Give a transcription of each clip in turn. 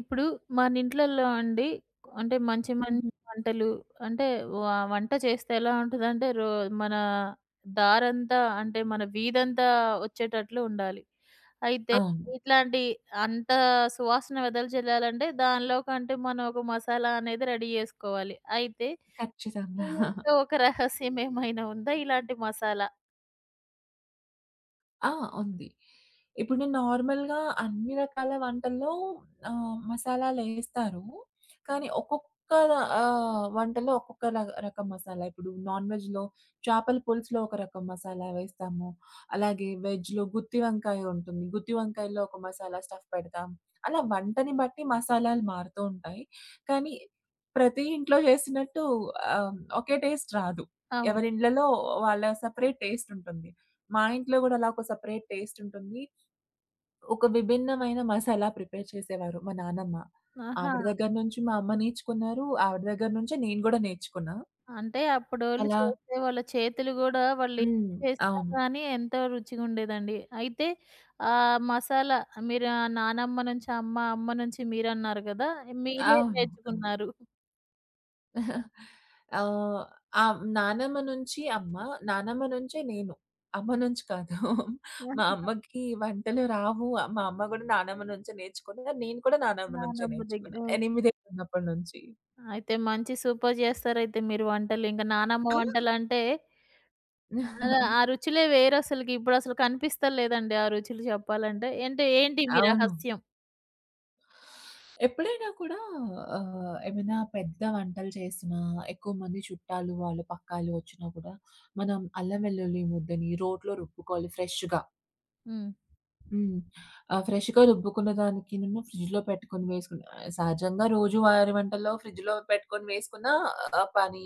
ఇప్పుడు మన ఇంట్లల్లో అండి, అంటే మంచి మంచి హుహు. వంటలు అంటే వ వంట చేస్తే ఎలా ఉంటదంటే మన దారంతా అంటే మన వీధంతా వచ్చేటట్లు ఉండాలి. అయితే అవును. ఇట్లాంటి అంత సువాసన వెదజల్లాలంటే దానిలోకంటే మనం ఒక మసాలా అనేది రెడీ చేసుకోవాలి. అయితే మీ ఖచ్చితంగా. ఇంట్లో ఒక రహస్యం ఏమైనా ఉందా ఇలాంటి మసాలా? ఆ! ఉంది. ఇప్పుడు నేను నార్మల్‌గా అన్ని రకాల వంటల్లో మసాలాలేస్తారు. కానీ ఒక్కొక్క వంటలో ఒక్కొక్క రకం మసాలా. ఇప్పుడు నాన్ వెజ్‌లో చేపల పులుసులో ఒక రకం మసాలా వేస్తాము. అలాగే వెజ్‌లో గుత్తి వంకాయ ఉంటుంది. గుత్తి వంకాయలో ఒక మసాలా స్టఫ్ పెడతాం. అలా వంటని బట్టి మసాలాలు మారుతూ ఉంటాయి. కానీ ప్రతి ఇంట్లో చేసినట్టు ఒకే టేస్ట్ రాదు. అవును. ఎవరి ఇళ్ళలో వాళ్ళ సెపరేట్ టేస్ట్ ఉంటుంది. మా ఇంట్లో గూడా అలా ఒక సెపరేట్ టేస్ట్ ఉంటుంది. ఒక విభిన్నమైన మసాలా ప్రిపేర్ చేసేవారు మా నానమ్మ. ఆహా! ఆవిడ దగ్గర నుంచి మా అమ్మ నేర్చుకున్నారు. ఆవిడ దగ్గర నుంచే నేను గూడా నేర్చుకున్నా. అంటే అప్పుడోళ్ళు అలా చేసే వాళ్ళ చేతులు గూడా వాళ్ళేం హ్మ్. చేసినా అవును. కానీ ఎంతో రుచిగుండేదండి. అయితే మసాలా మీరు ఆ నానమ్మ నుంచి అమ్మ, అమ్మ నుంచి మీరన్నారు గదా! మీరే అవును. అవును. నేర్చుకున్నారు. ఆహ్, ఆహ్, నానమ్మ నుంచి అమ్మ, నానమ్మ నుంచే నేను. అమ్మ నుంచి కాదు. మా అమ్మకి వంటలు రావు. మా అమ్మ గూడా నానమ్మ నుంచే నేర్చుకున్నారు. నేను కూడా నానమ్మ నుంచే నానమ్మ దగ్గర. నేర్చుకున్నా. ఓకే. ఎనిమిదేళ్ళున్నప్పటి నుంచి. అయితే మంచి సూపర్ జేస్తారైతే మీరు వంటలు. ఇంక నానమ్మ వంటలంటే అలా ఆ ఆ రుచులే వేరసలకి. ఇప్పుడసలు కనిపిస్తలేదండి ఆ రుచులు చెప్పాలంటే. అంటే ఏంటి మీ అవును. రహస్యం? ఎప్పుడైనా కూడా ఏమైనా పెద్ద వంటలు చేసినా, ఎక్కువ మంది చుట్టాలు, వాళ్ళు పక్కాలు వచ్చినా కూడా, మనం అల్లం వెల్లుల్లి ముద్దని రోట్లో రుబ్బుకోవాలి ఫ్రెష్‌గా. హ్మ్. హ్మ్. ఫ్రెష్‌గా రుబ్బుకున్న దానికినేమో ఫ్రిడ్జ్‌లో పెట్టుకొని వేసుకుని సహజంగా రోజువారీ వంటల్లో ఫ్రిడ్జ్‌లో పెట్టుకొని వేసుకున్నా పని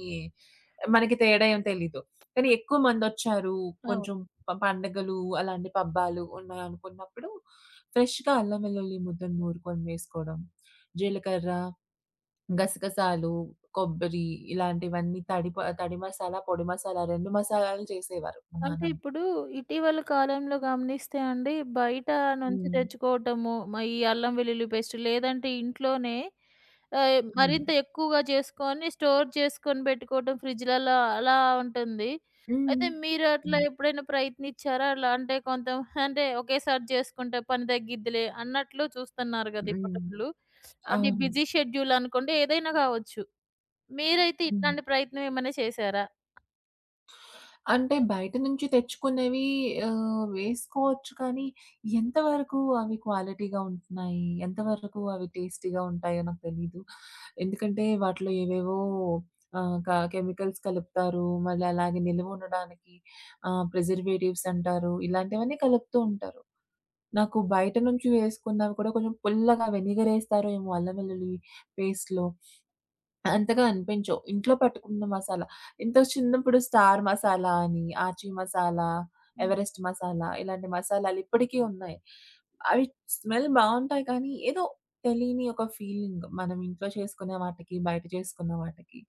మనకి తేడా ఏం తెలీదు. కానీ ఎక్కువ మందొచ్చారు, అవును. కొంచెం పండగలు, అలాంటి పబ్బాలు ఉన్నాయనుకున్నప్పుడు ఫ్రెష్‌గా అల్లం వెల్లుల్లి ముద్దని నూరుకొని వేసుకోవడం, జీలకర్ర గసగసాలు, కొబ్బరి ఇలాంటివన్నీ తడి మసాలా, పొడి మసాలా 2 మసాలాలు చేసేవారు మా అంటే నాన్నమ్మ. ఇప్పుడు ఇటీవల కాలంలో గమనిస్తే అండి, బయట నుంచి హ్మ్. తెచ్చుకోవటము, ఈ అల్లం వెల్లుల్లి పేస్ట్ లేదంటే ఇంట్లోనే అవును. మరింత ఎక్కువగా చేసుకొని స్టోర్ చేసుకొని పెట్టుకోవటం ఫ్రిడ్జ్‌లలో అలా ఉంటుంది. హ్మ్. అయితే మీరు అట్లా హ్మ్. ఎప్పుడైనా ప్రయత్నించారా? అలా అంటే కొంత అంటే ఒకేసారి చేసుకుంటే పని తగ్గిద్దిలే అన్నట్లు చూస్తున్నారు కదా! హ్మ్. ఇప్పటోళ్ళు. అంటే అవును. బిజీ షెడ్యూల్ అనుకోండి ఏదైనా కావచ్చు. మీరైతే హ్మ్. ఇట్లాంటి ప్రయత్నం ఏమైనా చేశారా? అంటే బయట నుంచి తెచ్చుకునేవి వేసుకోవచ్చు కానీ, ఎంతవరకు అవి క్వాలిటీగా ఉంటున్నాయి? ఎంతవరకు అవి టేస్టీగా ఉంటాయో నాకు తెలీదు. ఎందుకంటే వాటిలో ఏవేవో ఆహ్, క కెమికల్స్ కలుపుతారు. మళ్ళీ అలాగే నిల్వ ఉండడానికి ప్రిజర్వేటివ్స్ అంటారు. ఇలాంటివన్నీ కలుపుతూ ఉంటారు. నాకు బయట నుంచి వేసుకున్నవి కూడా కొంచెం పుల్లగా వెనిగర్ ఏస్తారో ఏమో అల్లం వెల్లుల్లి పేస్ట్‌లో. అంతగా అనిపించవు. ఇంట్లో పట్టుకున్న మసాలా. ఇంత చిన్నప్పుడు 'స్టార్ మసాలా' అని, 'ఆచి మసాలా', హ్మ్. 'ఎవరెస్ట్ మసాలా' ఇలాంటి మసాలాలు ఇప్పటికీ ఉన్నాయి. అవి స్మెల్ బావుంటాయి కానీ, ఏదో తెలియని ఒక ఫీలింగ్ మనం ఇంట్లో చేసుకునే వాటికి, బయట చేసుకున్న వాటికి.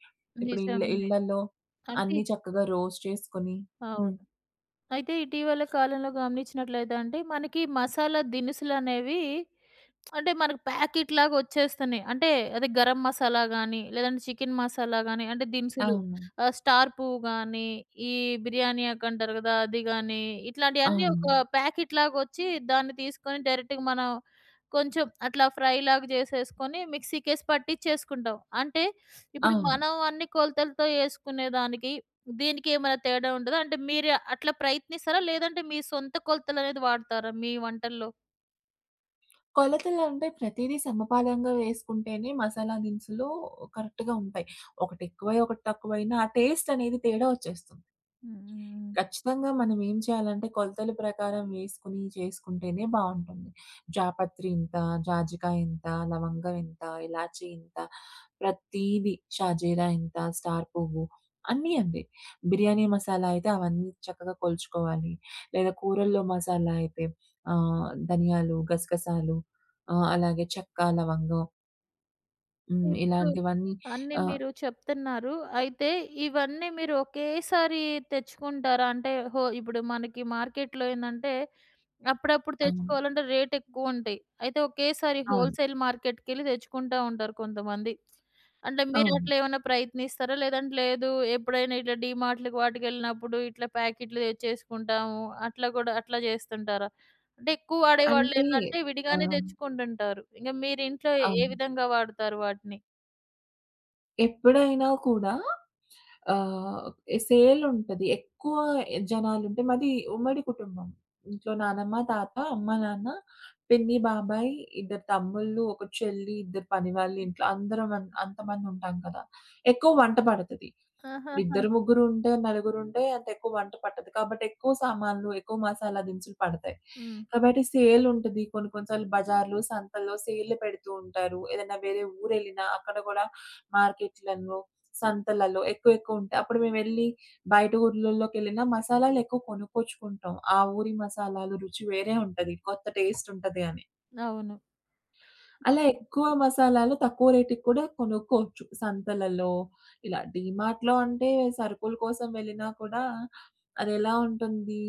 ఇప్పుడు ఇళ్ళ నిజమే. ఇళ్ళల్లో అంటే అన్నీ చక్కగా రోస్ట్ చేసుకొని అవును. హ్మ్. అయితే ఇటీవల కాలంలో గమనించినట్లయితే అండి, మనకి మసాలా దినుసులనేవి అంటే మనకు ప్యాకెట్‌లాగా వచ్చేస్తున్నాయి. అంటే అదే గరం మసాలా గాని, లేదంటే చికెన్ మసాలా గాని, అంటే దినుసులు అవును. స్టార్ పువ్వు గాని, ఈ బిర్యానీ ఆకు అంటారు కదా! అది గాని, ఇట్లాంటియన్నీ అవును. ఒక ప్యాకెట్‌లాగా వచ్చి దాన్ని తీసుకొని డైరెక్ట్‌గా మనం కొంచెం అట్లా ఫ్రైలాగా చేసేసుకొని మిక్సీకేసి పట్టిచ్చేసుకుంటాం. అంటే ఇప్పుడు అవును. మనం అన్ని కొలతలతో యేసుకునే దానికి, దీనికి ఏమైనా తేడా ఉంటదా? అంటే మీరు అట్లా ప్రయత్నిస్తారా? లేదంటే మీ సొంత కొలతలనేది వాడతారా మీ వంటల్లో? కొలతలంటే ప్రతీదీ సమపాలంగా వేసుకుంటేనే మసాలా దినుసులు కరెక్ట్‌గా ఉంటాయి. ఒకటెక్కువై, ఒకటి తక్కువైనా ఆ టేస్ట్ అనేది తేడా వచ్చేస్తుంది. హ్మ్. హ్మ్. హ్మ్. ఖచ్చితంగా మనం ఏం చేయాలంటే, కొలతల ప్రకారం వేసుకొని చేసుకుంటేనే బావుంటుంది. జాపత్రి ఇంత, జాజికాయ ఇంత, లవంగం ఇంత, ఇలాచీ ఇంత, ప్రతీదీ షాజీరా ఇంత, స్టార్ పువ్వు అన్నీ అండి. బిర్యానీ మసాలా అయితే అవన్నీ చక్కగా కొలుచుకోవాలి. లేదా కూరల్లో మసాలా అయితే ధనియాలు, గసగసాలు అలాగే చెక్క, లవంగం. ఇప్పుడు ఇలాంటివన్నీ అన్నీ ఆహ్, మీరు చెప్తున్నారు. అయితే ఇవన్నీ మీరు ఒకేసారి తెచ్చుకుంటారా? అంటే ఇప్పుడు మనకి మార్కెట్‌లో ఏందంటే అప్పుడప్పుడు అవును. తెచ్చుకోవాలంటే రేట్ ఎక్కువుంటాయి. అయితే ఒకేసారి అవును. హోల్‌సేల్ మార్కెట్‌కెళ్ళి తెచ్చుకుంటా ఉంటారు కొంతమంది. అంటే మీరు అవును. అట్లా ఏమన్నా ప్రయత్నిస్తారా? లేదంటే లేదు ఎప్పుడైనా ఇట్లా డీమార్ట్‌లకి వాటికెళ్ళినప్పుడు ఇట్లా ప్యాకెట్లు తెచ్చేసుకుంటాము. అట్లా కూడా అట్లా చేస్తుంటారా? అంటే ఎక్కువ అంటే వాడేవాళ్ళేందంటే విడిగానే ఆహ్, తెచ్చుకుంటుంటారు. ఇంక మీరు ఇంట్లో ఏ ఏ అవును. విధంగా వాడుతారు వాటిని? ఎప్పుడైనా కూడా ఆహ్, సేల్ ఉంటది. ఎక్కువ జనాలుంటే మాది ఉమ్మడి కుటుంబం. ఇంట్లో నానమ్మ, తాత, అమ్మ, నాన్న, పిన్ని, బాబాయ్, ఇద్దరు తమ్ముళ్ళు, ఒక చెల్లి, ఇద్దరు పనివాళ్ళు ఇంట్లో అందరం అంతమందుంటాం కదా! ఎక్కువ వంట పడతది. ఆహాహా! ఇద్దరు ముగ్గురు ఉంటే, నలుగురుంటే అంత ఎక్కువ వంట పట్టదు. కాబట్టి ఎక్కువ సామాన్లు, ఎక్కువ మసాలా దినుసులు పడతాయి. హ్మ్. కాబట్టి సేల్ ఉంటది. కొన్ని కొన్ని సార్లు బజార్లు, సంతల్లో సేల్లు పెడుతూ ఉంటారు. ఏదైనా వేరే ఊరెళ్ళినా అక్కడ గూడా మార్కెట్‌లలో, సంతలలో ఎక్కువ ఎక్కువ ఉంటాయి. అప్పుడు మేమెళ్లి బయట ఊర్లలోకెళ్ళినా మసాలాలు ఎక్కువ కొనుక్కొచ్చుకుంటాం. ఆ ఊరి మసాలాలు రుచి వేరే ఉంటది. కొత్త టేస్ట్ ఉంటది అని. అవును. అలా ఎక్కువ మసాలాలు తక్కువ రేటుకి కూడా కొనుక్కోవచ్చు. సంతలలో ఇలా డీమార్ట్‌లో అంటే సరుకుల కోసం వెళ్ళినా కూడా అదెలా ఉంటుంది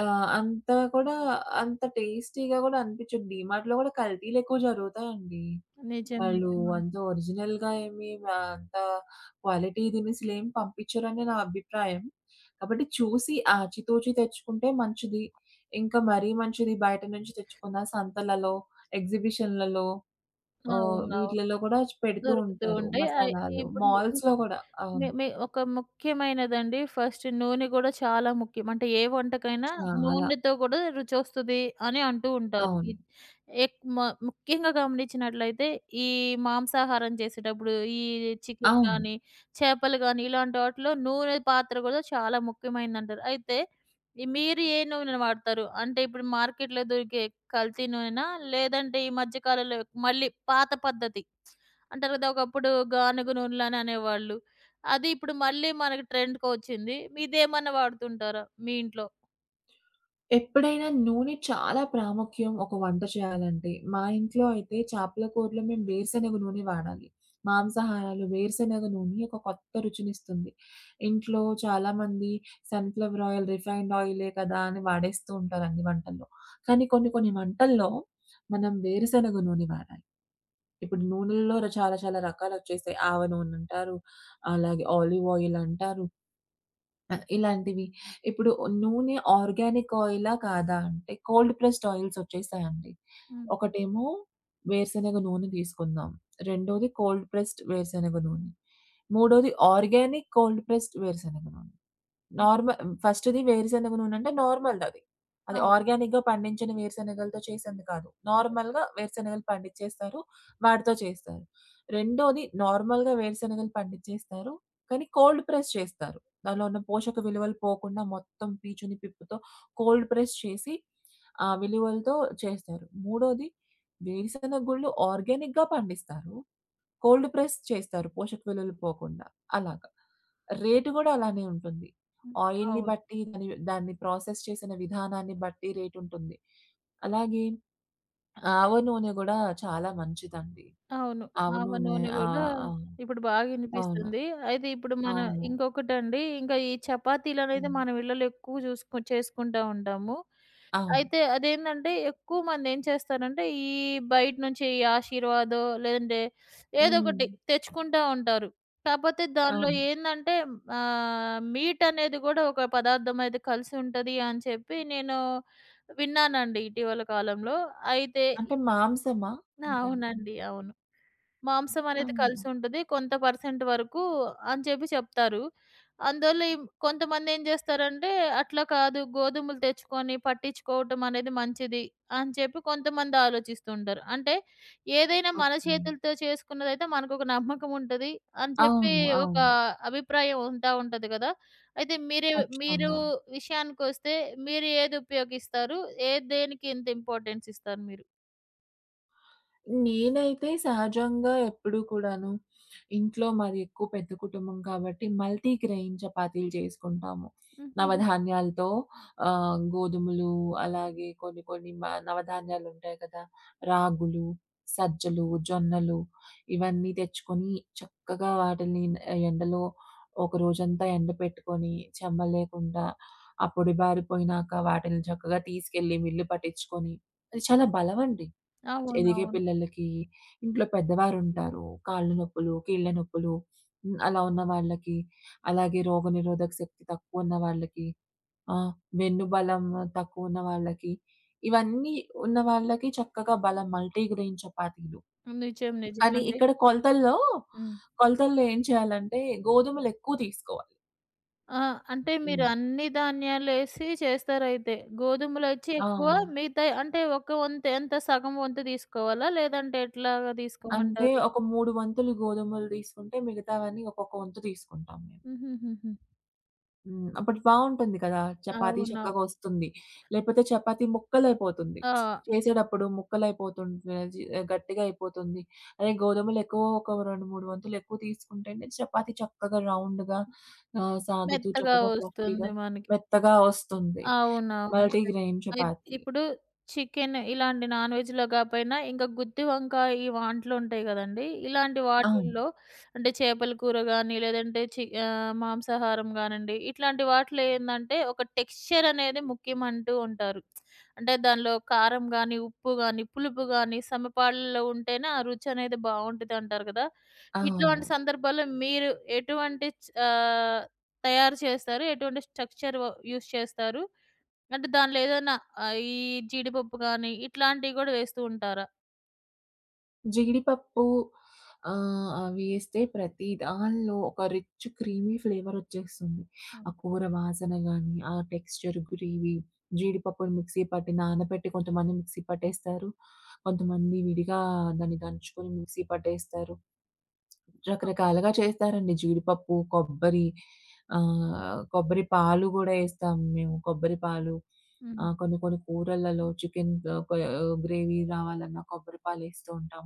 అంత కూడా అంత టేస్టీగా కూడా అనిపించదు. డీమార్ట్‌లో కూడా కల్తీలు ఎక్కువ జరుగుతాయండి. నిజం. వాళ్ళు నిజం. హ్మ్. అంత ఒరిజినల్‌గా ఏమి అంత క్వాలిటీ దినుసులేం పంపించరని నా అభిప్రాయం. కాబట్టి చూసి ఆచితూచి తెచ్చుకుంటే మంచిది. ఇంకా మరీ మంచిది బయట నుంచి తెచ్చుకున్న సంతలలో, ఎగ్జిబిషన్‌లలో ఓహ్! అవునవును. వీటిలలో కూడా పెడుతూ దొరుకుతూ ఉంటారు ఉంటాయి. మసాలాలు. ఇప్పుడు మాల్స్‌లో కూడా. మే అవును. మే ఒక ముఖ్యమైనదండి. ఫస్ట్ నూనె గూడా చాలా ముఖ్యం. అంటే ఏ వంటకైనా చాలా. నూనెతో గూడా రుచొస్తది అని అంటూ ఉంటారు. అవును. ఇ ఎక్ మ ముఖ్యంగా గమనించినట్లయితే ఈ మాంసాహారం చేసేటప్పుడు ఈ చికెన్ అవును. గానీ, చేపలు గానీ ఇలాంటి వాటిలో నూనె పాత్ర గూడా చాలా ముఖ్యమైనదంటారు. అయితే ఈ మీరు ఏ నూనెను వాడతారు? అంటే ఇప్పుడు మార్కెట్‌లో దొరికే కల్తీ నూనెనా? లేదంటే ఈ మధ్య కాలంలో మళ్ళీ పాత పద్ధతి అంటారు కదా! ఒకప్పుడు గానుగ నూనెలని అనేవాళ్ళు. అది ఇప్పుడు మళ్ళీ మనకి ట్రెండ్‌కొచ్చింది. ఇదేమన్నా వాడుతుంటారా మీ ఇంట్లో? ఎప్పుడైనా నూనె చాలా ప్రాముఖ్యం ఒక వంట చేయాలంటే. మా ఇంట్లో అయితే చేపల కూరలో మేము వేరుశెనగ నూనె వాడాలి. మాంసాహారాలు వేరుశెనగ నూనె ఒక కొత్త రుచినిస్తుంది. ఇంట్లో చాలామంది సన్‌ఫ్లవర్ ఆయిల్, రిఫైన్డ్ ఆయిలే కదా! అని వాడేస్తూ ఉంటారు అన్ని వంటల్లో. కానీ కొన్ని కొన్ని వంటల్లో మనం వేరుశెనగ నూనె వాడాలి. ఇప్పుడు నూనెల్లో చాలా చాలా రకాలొచ్చేసాయి. ఆవ నూనంటారు, అలాగే ఆలివ్ ఆయిలంటారు. ఇలాంటివి. ఇప్పుడు నూనె ఆర్గానిక్ ఆయిలా? కాదా? అంటే కోల్డ్ ప్రెస్డ్ ఆయిల్సొచ్చేసాయండి. హ్మ్. ఒకటేమో వేరుశనగ నూనె తీసుకుందాం. రెండోది కోల్డ్ ప్రెస్డ్ వేరుశనగ నూనె. మూడోది ఆర్గానిక్ కోల్డ్ ప్రెస్డ్ వేరుశనగ నూనె. హ్మ్. నార్మ ఫస్ట్‌ది వేరుశనగ నూనంటే నార్మల్‌దది. ఆ! అది అవును. ఆర్గానిక్‌గా పండించిన వేరుశనగలతో చేసింది కాదు. నార్మల్‌గా వేరుశనగలు పండించేస్తారు. వాటితో చేస్తారు. రెండోది నార్మల్‌గా వేరుశనగలు పండించేస్తారు. కానీ కోల్డ్ ప్రెస్ చేస్తారు. దానిలో ఉన్న పోషక విలువలు పోకుండా మొత్తం పీచుని, పిప్పుతో కోల్డ్ ప్రెస్ చేసి ఆ విలువలతో చేస్తారు. మూడోది వేరుశనగ గుళ్ళు ఆర్గానిక్‌గా పండిస్తారు. కోల్డ్ ప్రెస్ చేస్తారు పోషక విలువలు పోకుండా. అలాగా. రేటు గూడా అలానే ఉంటుంది. ఆయిల్‌ని హ్మ్. బట్టి దాన్ని ప్రాసెస్ చేసిన విధానాన్ని బట్టి రేటుంటుంది. అలాగే ఆవ నూనె గూడా చాలా మంచిదండి. అవును. ఆవ ఆవ నూనె నూనె గూడా అవును. ఇప్పుడు బాగా అవును. ఇనిపిస్తుంది. అయితే ఇప్పుడు మన అవును. ఇంకొకటండి, ఇంకా ఈ చపాతీలనేది హ్మ్. మనం ఇళ్ళలో ఎక్కువ చేసుకుంటా ఉంటాము. అవును. అయితే అదేందంటే, ఎక్కువ మందేం చేస్తారంటే, ఈ బయట నుంచి ఈ ఆశీర్వాదో, లేదంటే హ్మ్, హ్మ్. ఏదోకటి తెచ్చుకుంటా ఉంటారు. కాపోతే దానిలో అవును. ఏందంటే మీట్ అనేది గూడా ఒక పదార్థం అయితే కలిసి ఉంటది అని చెప్పి నేను విన్నానండి ఇటీవల కాలంలో. అయితే అంటే ఇప్ మాంసమా మీరంటుంది? అవునండి. అవును. మాంసం అనేది అవును. కలిసుంటది. కొంత పర్సెంట్ వరకు అని చెప్పి చెప్తారు. అందువల్ల ఈ కొంతమందేం జేస్తారంటే, అట్లా కాదు గోధుమలు తెచ్చుకొని పట్టించుకోవటం అనేది మంచిది అని చెప్పి కొంతమంది ఆలోచిస్తుంటారు. అంటే ఏదైనా మన ఓకే. చేతులతో చేసుకున్నదైతే మనకొక నమ్మకం ఉంటది అని చెప్పి అవును. ఒక అవును. అభిప్రాయం ఉంటా ఉంటది గదా! అయితే మీరు ఖచ్చితంగా. విషయానికొస్తే మీరు ఏది ఉపయోగిస్తారు? ఏ దేనికి ఎంత ఇంపార్టెన్స్ ఇస్తారు మీరు? నేనైతే సహజంగా ఎప్పుడూ కూడాను ఇంట్లో మాది ఎక్కువ పెద్ద కుటుంబం కాబట్టి మల్టీ గ్రెయిన్ చపాతీలు చేసుకుంటాము. హుహుహు. నవధాన్యాలతో గోధుమలు అలాగే కొన్ని కొన్ని నవధాన్యాలుంటాయి కదా! రాగులు, సజ్జలు, జొన్నలు ఇవన్నీ తెచ్చుకొని చక్కగా వాటిని ఎండలో ఒక రోజంతా ఎండపెట్టుకొని చెమ్మ లేకుండా ఆ పొడి బారిపోయినాక వాటిని చక్కగా తీసుకెళ్ళి మిల్లు పట్టించుకొని అది చాలా బలమండి. ఎదిగే అవునవును. పిల్లలకి, ఇంట్లో పెద్దవారుంటారు. కాళ్ళు నొప్పులు, కీళ్ళ నొప్పులు, అలా ఉన్న వాళ్ళకి, అలాగే రోగనిరోధక శక్తి తక్కువున్న వాళ్ళకి, ఆహ్, వెన్ను బలం తక్కువున్న వాళ్ళకి, ఇవన్నీ ఉన్న వాళ్ళకి చక్కగా బలం మల్టీగ్రెయిన్ చపాతీలు. నిజం. కానీ నిజమండి. ఇక్కడ హ్మ్. కొలతల్లో ఏం చేయాలంటే గోధుమలెక్కువ తీసుకోవాలి. ఆ! అంటే మీరు హ్మ్. అన్ని ధాన్యాలేసి చేస్తారైతే. గోధుమలొచ్చి ఆ! ఎక్కువ మిగతాయి అంటే ఒక వంతు ఎంత సగం వంతు తీసుకోవాలా? లేదంటే ఎట్లాగా అంటే తీసుకోమంటారు? ఒక 3 వంతులు గోధుమలు తీసుకుంటే మిగతావన్నీ ఒక్కొక్క వంతు తీసుకుంటాం మేము. హుహుహుహు. హ్మ్. బట్ బావుంటుంది కదా! చపాతీ అవునవును. చక్కగా వస్తుంది. లేపోతే చపాతీ ముక్కలైపోతుంది. ఆ! చేసేటప్పుడు ముక్కలైపోతుంటే గట్టిగా అయిపోతుంది. అదే గోధుమలు ఎక్కువ ఒక 2, 3 వంతులు ఎక్కువ తీసుకుంటేనే చపాతీ చక్కగా రౌండ్‌గా సాగుతూ మెత్తగా చక్కగా ఫ్లఫీగా వస్తుంది మనకి. మెత్తగా వస్తుంది. అవునవును. Multi grain chapati. ఇప్పుడు చికెన్ ఇలాంటి నాన్ వెజ్‌లో కాపోయినా ఇంకా గుత్తి వంకాయ ఈ వాంటలు ఉంటాయి గదండీ! ఇలాంటి అవును. వాటిల్లో అంటే చేపల కూర గాని, లేదంటే మాంసాహారం గానండి, ఇట్లాంటి వాటిలో ఏందంటే ఒక టెక్స్చర్ అనేది ముఖ్యం అంటూ ఉంటారు. అంటే దానిలో కారం గాని, ఉప్పు గాని, పులుపు గాని సమపాళ్ళలో ఉంటేనే ఆ రుచి అనేది బావుంటదంటారు గదా! అవును. ఇటువంటి సందర్భాల్లో మీరు ఎటువంటి తయారు చేస్తారు? ఎటువంటి స్ట్రక్చర్ యూజ్ చేస్తారు? అంటే దానిలో ఏదైనా ఈ జీడిపప్పు గాని, ఇట్లాంటివి గూడా వేస్తూ ఉంటారా? జీడిపప్పు అవేస్తే ప్రతి దానిలో ఒక రిచ్ క్రీమీ ఫ్లేవరొచ్చేస్తుంది. హ్మ్. ఆ కూర వాసన గానీ, ఆ టెక్స్చర్ గ్రేవీ, జీడిపప్పుని మిక్సీ పట్టి నానబెట్టి కొంతమంది మిక్సీ పట్టేస్తారు. కొంతమంది విడిగా దాన్ని దంచుకొని మిక్సీ పట్టేస్తారు. ఆ! రకరకాలుగా చేస్తారండి. జీడిపప్పు, కొబ్బరి కొబ్బరి పాలు గూడా ఏస్తాం మేము. కొబ్బరి పాలు హ్మ్. కొన్ని కొన్ని కూరలలో చికెన్ ఆహ్, కొ గ్రేవీ రావాలన్నా కొబ్బరి పాలేస్తూ ఉంటాం.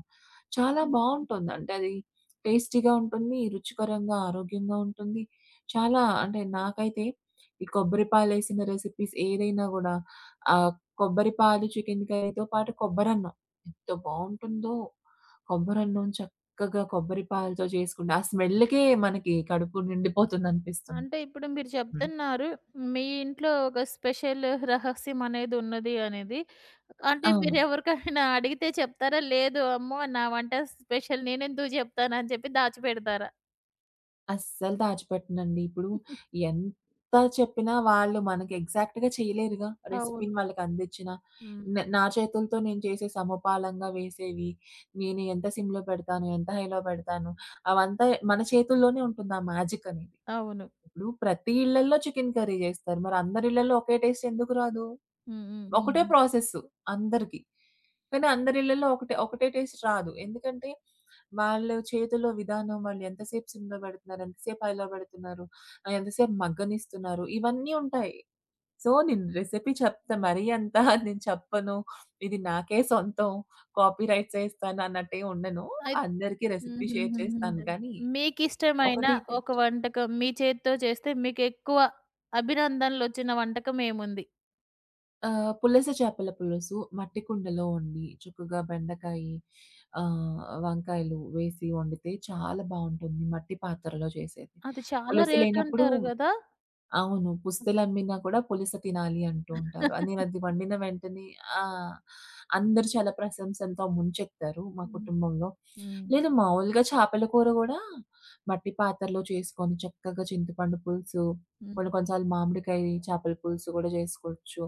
చాలా హ్మ్. బావుంటుంది. అంటే అది టేస్టీగా ఉంటుంది. రుచికరంగా, ఆరోగ్యంగా ఉంటుంది. చాలా అంటే నాకైతే ఈ కొబ్బరి పాలేసిన రెసిపీస్ ఏదైనా గూడా ఆహ్, కొబ్బరి పాలు చికెన్ కర్రీతో పాటు కొబ్బరన్నం ఎంత బావుంటుందో! కొబ్బరన్నం చక్కగా కొబ్బరి పాలతో చేసుకుంటే ఆ స్మెల్‌కే మనకి కడుపు నిండిపోతుందనిపిస్తుంది. అంటే ఇప్పుడు మీరు హ్మ్. చెప్తున్నారు. మీ ఇంట్లో ఒక స్పెషల్ రహస్యం అనేది ఉన్నది అనేది. అంటే అవును. మీరు ఎవరికైనా అడిగితే చెప్తారా? లేదు అమ్మో! నా వంట స్పెషల్ నేనెందుకు జెప్తాను అని చెప్పి దాచిపెడతారా? అస్సలు దాచిపెట్టనండి. ఇప్పుడు ఎంత చెప్పినా వాళ్ళు మనకి ఎగ్జాక్ట్‌గా చేయలేరుగా. అవును. రెసిపీని వాళ్ళకందిచ్చినా. హ్మ్. నా చేతులతో నేను చేసే సమపాలంగా వేసేవి, నేను ఎంత సిమ్‌లో పెడతాను, ఎంత హైలో పెడతాను, అవంతా మన చేతుల్లోనే ఉంటుంది ఆ మ్యాజిక్ అనేది. అవును. ఇప్పుడు ప్రతి ఇళ్లల్లో చికెన్ కర్రీ చేస్తారు. మరి అందరి ఇళ్లల్లో ఒకే టేస్ట్ ఎందుకు రాదు? హ్మ్. హ్మ్. ఒకటే హ్మ్. ప్రాసెస్ అందరికి. కానీ అందరి ఇళ్లల్లో ఒకటే ఒకటే టేస్ట్ రాదు. ఎందుకంటే వాళ్ళు చేతులో విధానం, వాళ్ళు ఎంతసేపు సిమ్‌లో పెడుతున్నారు, ఎంతసేపు హైలో పెడుతున్నారు, ఎంతసేపు మగ్గనిస్తున్నారు, ఇవన్నీ ఉంటాయి. సో, నేను రెసిపీ చెప్తా మరీ అంత నేను చెప్పను, ఇది నాకే సొంతం, కాపీరైట్స్ ఏస్తాను అన్నట్టేం ఉండను. అయి అందరికీ రెసిపీ షేర్ చేస్తాను హుహుహుహు. కానీ, మీకిష్టమైన ఒకటి ఒక తెచ్చు వంటకం మీ చేత్తో చేస్తే మీకెక్కువ అభినందనలొచ్చిన వంటకం ఏముంది? పులస చేపల పులుసు మట్టి కుండలో వండి చక్కగా బెండకాయి, వంకాయలు వేసి వండితే చాలా బావుంటుంది మట్టి పాత్రలో చేసేది. అది చాలా పులుసు లేనప్పుడు రేటంటారు గదా! అవును. పుస్తెలమ్మినా కూడా పులస తినాలి అంటూ ఉంటారు. నేనది వండిన వెంటనే ఆ! అందరూ చాలా ప్రశంసలతో ముంచెత్తారు మా హ్మ్. కుటుంబంలో. హ్మ్. లేదు మామూలుగా చేపల కూర గూడా మట్టి పాత్రలో చేసుకొని చక్కగా చింతపండు పులుసు, హ్మ్. కొన్ని కొన్ని సార్లు మామిడికాయ చేపల పులుసు గూడా జేసుకోవచ్చు.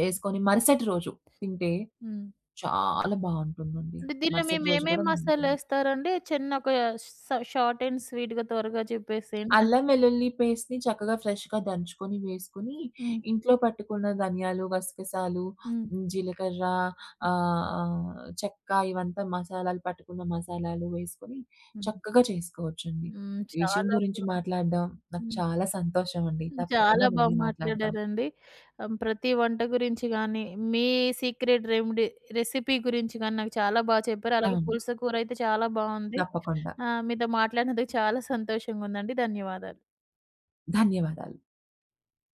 చేసుకొని మరుసటి రోజు తింటే హ్మ్. చాలా బావుంటుందండి. అంటే దీనిలో మరుసటి రోజు మేమేమేం కూడా తింటున్నాను. మసాలేస్తారండి? చిన్న ఒక ష షార్ట్ అండ్ స్వీట్‌గా త్వరగా చెప్పేసేయండి. అంటే అల్లం వెల్లుల్లి పేస్ట్‌ని చక్కగా ఫ్రెష్‌గా దంచుకొని వేసుకొని, హ్మ్. ఇంట్లో పట్టుకున్న ధనియాలు, గసగసాలు, హ్మ్. జీలకర్ర ఆహ్, చెక్క ఇవంతా మసాలాలు పట్టుకున్న మసాలాలు వేసుకొని హ్మ్. చక్కగా చేసుకోవచ్చండి. హ్మ్. ఈ విషయం చాలా బా గురించి మాట్లాడడం నాకు హ్మ్. చాలా సంతోషమండి. తప్పకుండా చాలా బా మళ్ళీ మాట్లాడదాం. మాట్లాడారండి. ప్రతి వంట గురించి గానీ, మీ సీక్రెట్ రెమెడీ రెసిపీ గురించి గానీ నాకు చాలా బా చెప్పారు. అలాగే అవును. పులస కూర అయితే చాలా బావుంది. తప్పకుండా. మీతో మాట్లాడినందుకు చాలా సంతోషంగుందండి. ధన్యవాదాలు. ధన్యవాదాలు.